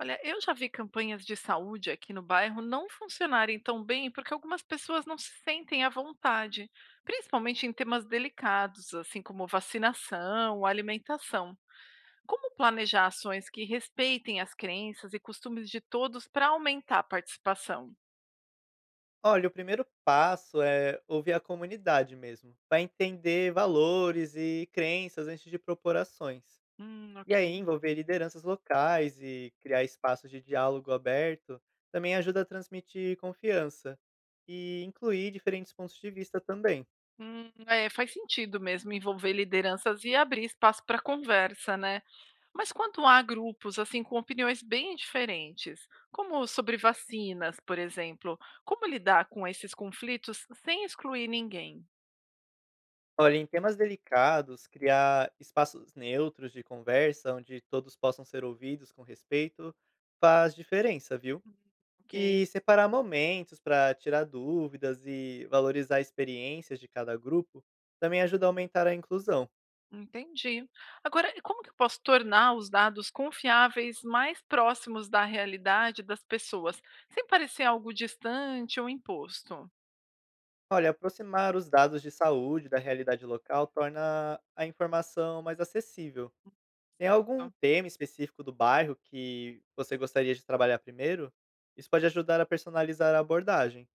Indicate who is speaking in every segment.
Speaker 1: Olha, eu já vi campanhas de saúde aqui no bairro não funcionarem tão bem porque algumas pessoas não se sentem à vontade, principalmente em temas delicados, assim como vacinação, alimentação. Como planejar ações que respeitem as crenças e costumes de todos para aumentar a participação?
Speaker 2: Olha, o primeiro passo é ouvir a comunidade mesmo, para entender valores e crenças antes de propor ações.
Speaker 1: Ok.
Speaker 2: E aí, envolver lideranças locais e criar espaços de diálogo aberto também ajuda a transmitir confiança e incluir diferentes pontos de vista também.
Speaker 1: É, faz sentido mesmo envolver lideranças e abrir espaço para conversa, né? Mas quando há grupos assim com opiniões bem diferentes, como sobre vacinas, por exemplo, como lidar com esses conflitos sem excluir ninguém?
Speaker 2: Olha, em temas delicados, criar espaços neutros de conversa onde todos possam ser ouvidos com respeito faz diferença, viu?
Speaker 1: Ok,
Speaker 2: E separar momentos para tirar dúvidas e valorizar experiências de cada grupo também ajuda a aumentar a inclusão.
Speaker 1: entendi. Agora, e como que eu posso tornar os dados confiáveis mais próximos da realidade das pessoas, sem parecer algo distante ou imposto?
Speaker 2: Olha, aproximar os dados de saúde da realidade local torna a informação mais acessível. Tem algum
Speaker 1: Certo.
Speaker 2: tema específico do bairro que você gostaria de trabalhar primeiro? Isso pode ajudar a personalizar a abordagem.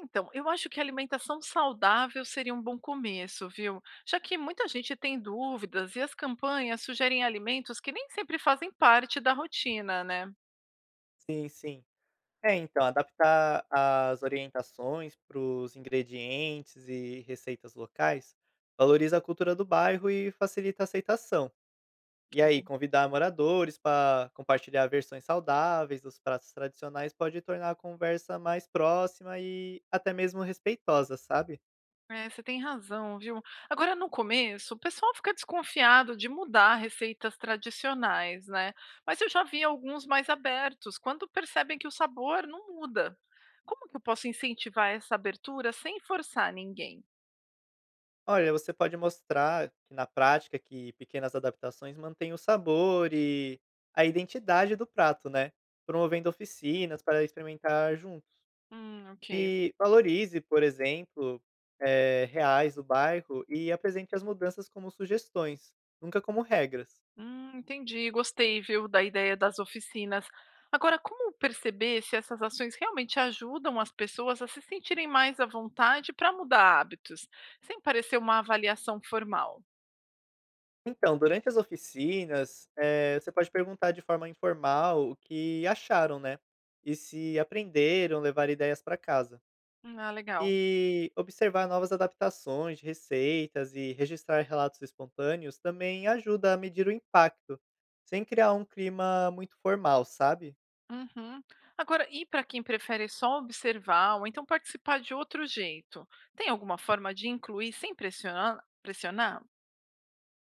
Speaker 1: Então, eu acho que a alimentação saudável seria um bom começo, viu? Já que muita gente tem dúvidas e as campanhas sugerem alimentos que nem sempre fazem parte da rotina, né?
Speaker 2: Sim, sim. É, então, adaptar as orientações para os ingredientes e receitas locais valoriza a cultura do bairro e facilita a aceitação. E
Speaker 1: Ok.
Speaker 2: aí, convidar moradores para compartilhar versões saudáveis dos pratos tradicionais pode tornar a conversa mais próxima e até mesmo respeitosa, sabe?
Speaker 1: É, você tem razão, viu? Agora, no começo, o pessoal fica desconfiado de mudar receitas tradicionais, né? Mas eu já vi alguns mais abertos, quando percebem que o sabor não muda. Como que eu posso incentivar essa abertura sem forçar ninguém?
Speaker 2: Olha, você pode mostrar que na prática que pequenas adaptações mantêm o sabor e a identidade do prato, né? Promovendo oficinas para experimentar juntos.
Speaker 1: Ok.
Speaker 2: E valorize, por exemplo, reais do bairro e apresente as mudanças como sugestões, nunca como regras.
Speaker 1: Entendi. Gostei, viu, da ideia das oficinas. Agora, como perceber se essas ações realmente ajudam as pessoas a se sentirem mais à vontade para mudar hábitos, sem parecer uma avaliação formal?
Speaker 2: Então, durante as oficinas, você pode perguntar de forma informal o que acharam, né? E se aprenderam a levar ideias para casa.
Speaker 1: Ah, legal.
Speaker 2: E observar novas adaptações de receitas e registrar relatos espontâneos também ajuda a medir o impacto, sem criar um clima muito formal, sabe?
Speaker 1: Uhum. Agora, e para quem prefere só observar ou então participar de outro jeito? Tem alguma forma de incluir sem pressionar?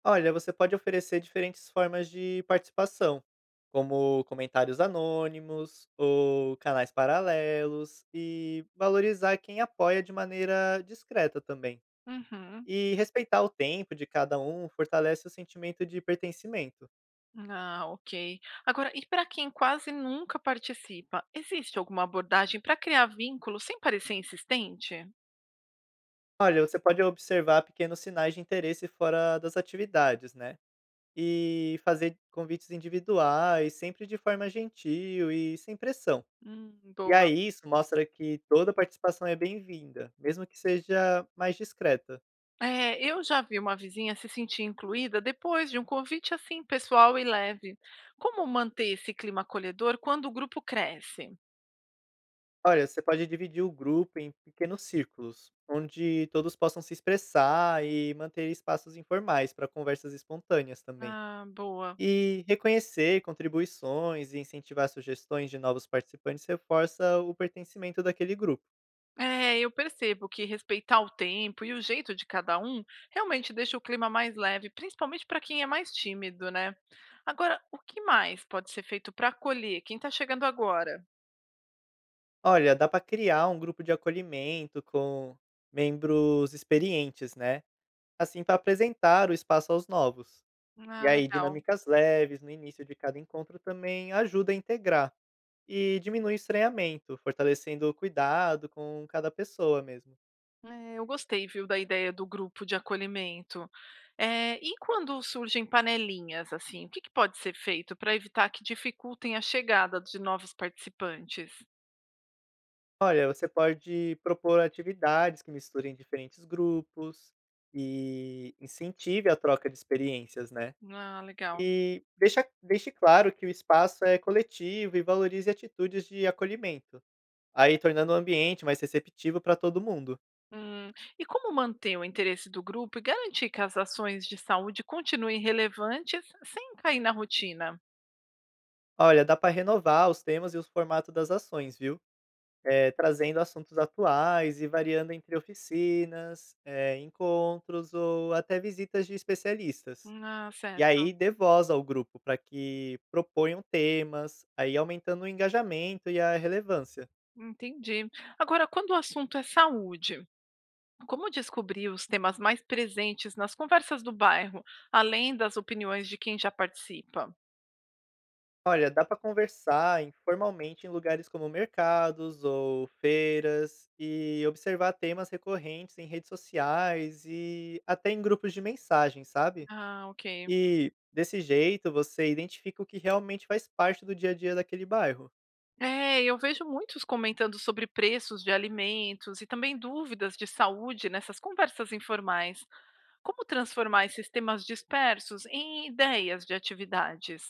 Speaker 2: Olha, você pode oferecer diferentes formas de participação, como comentários anônimos ou canais paralelos, e valorizar quem apoia de maneira discreta também.
Speaker 1: Uhum.
Speaker 2: E respeitar o tempo de cada um fortalece o sentimento de pertencimento.
Speaker 1: Ah, ok. Agora, e para quem quase nunca participa, existe alguma abordagem para criar vínculo sem parecer insistente?
Speaker 2: Olha, você pode observar pequenos sinais de interesse fora das atividades, né? E fazer convites individuais, sempre de forma gentil e sem pressão. E
Speaker 1: Boa.
Speaker 2: aí isso mostra que toda participação é bem-vinda, mesmo que seja mais discreta.
Speaker 1: É, eu já vi uma vizinha se sentir incluída depois de um convite assim, pessoal e leve. Como manter esse clima acolhedor quando o grupo cresce?
Speaker 2: Olha, você pode dividir o grupo em pequenos círculos, onde todos possam se expressar e manter espaços informais para conversas espontâneas também.
Speaker 1: Ah, boa.
Speaker 2: E reconhecer contribuições e incentivar sugestões de novos participantes reforça o pertencimento daquele grupo.
Speaker 1: É, eu percebo que respeitar o tempo e o jeito de cada um realmente deixa o clima mais leve, principalmente para quem é mais tímido, né? Agora, o que mais pode ser feito para acolher quem está chegando agora?
Speaker 2: Olha, dá para criar um grupo de acolhimento com membros experientes, né? Assim, para apresentar o espaço aos novos. E
Speaker 1: Ah,
Speaker 2: aí,
Speaker 1: legal.
Speaker 2: dinâmicas leves no início de cada encontro também ajuda a integrar e diminui o estranhamento, fortalecendo o cuidado com cada pessoa mesmo.
Speaker 1: É, eu gostei, viu, da ideia do grupo de acolhimento. É, e quando surgem panelinhas, assim, o que que pode ser feito para evitar que dificultem a chegada de novos participantes?
Speaker 2: Olha, você pode propor atividades que misturem diferentes grupos e incentive a troca de experiências, né?
Speaker 1: Ah, legal.
Speaker 2: E deixe claro que o espaço é coletivo e valorize atitudes de acolhimento, aí tornando o ambiente mais receptivo para todo mundo.
Speaker 1: Hum, e como manter o interesse do grupo e garantir que as ações de saúde continuem relevantes sem cair na rotina?
Speaker 2: Olha, dá para renovar os temas e os formatos das ações, viu? Trazendo assuntos atuais e variando entre oficinas, encontros ou até visitas de especialistas.
Speaker 1: Ah,
Speaker 2: E
Speaker 1: certo.
Speaker 2: aí dê voz ao grupo para que proponham temas, aí aumentando o engajamento e a relevância.
Speaker 1: Entendi. Agora, quando o assunto é saúde, como descobrir os temas mais presentes nas conversas do bairro, além das opiniões de quem já participa?
Speaker 2: Olha, dá para conversar informalmente em lugares como mercados ou feiras e observar temas recorrentes em redes sociais e até em grupos de mensagem, sabe?
Speaker 1: Ah, ok.
Speaker 2: E desse jeito você identifica o que realmente faz parte do dia a dia daquele bairro.
Speaker 1: É, eu vejo muitos comentando sobre preços de alimentos e também dúvidas de saúde nessas conversas informais. Como transformar esses temas dispersos em ideias de atividades?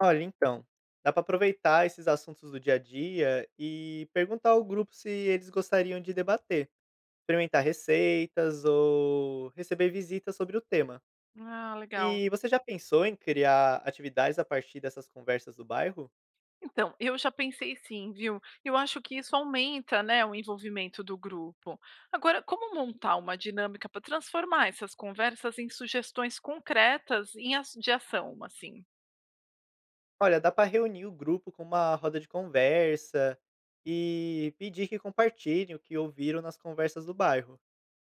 Speaker 2: Olha, então, dá para aproveitar esses assuntos do dia a dia e perguntar ao grupo se eles gostariam de debater, experimentar receitas ou receber visitas sobre o tema.
Speaker 1: Ah, legal.
Speaker 2: E você já pensou em criar atividades a partir dessas conversas do bairro?
Speaker 1: Então, eu já pensei sim, viu? Eu acho que isso aumenta, né, o envolvimento do grupo. Agora, como montar uma dinâmica para transformar essas conversas em sugestões concretas em de ação, assim?
Speaker 2: Olha, dá para reunir o grupo com uma roda de conversa e pedir que compartilhem o que ouviram nas conversas do bairro.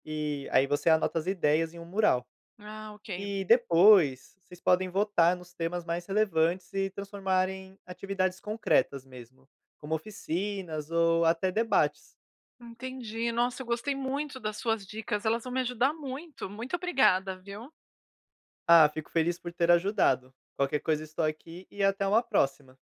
Speaker 2: E aí você anota as ideias em um mural.
Speaker 1: Ah, ok.
Speaker 2: E depois, vocês podem votar nos temas mais relevantes e transformar em atividades concretas mesmo, como oficinas ou até debates.
Speaker 1: Entendi. Nossa, eu gostei muito das suas dicas. Elas vão me ajudar muito. Muito obrigada, viu?
Speaker 2: Ah, fico feliz por ter ajudado. Qualquer coisa estou aqui e até uma próxima.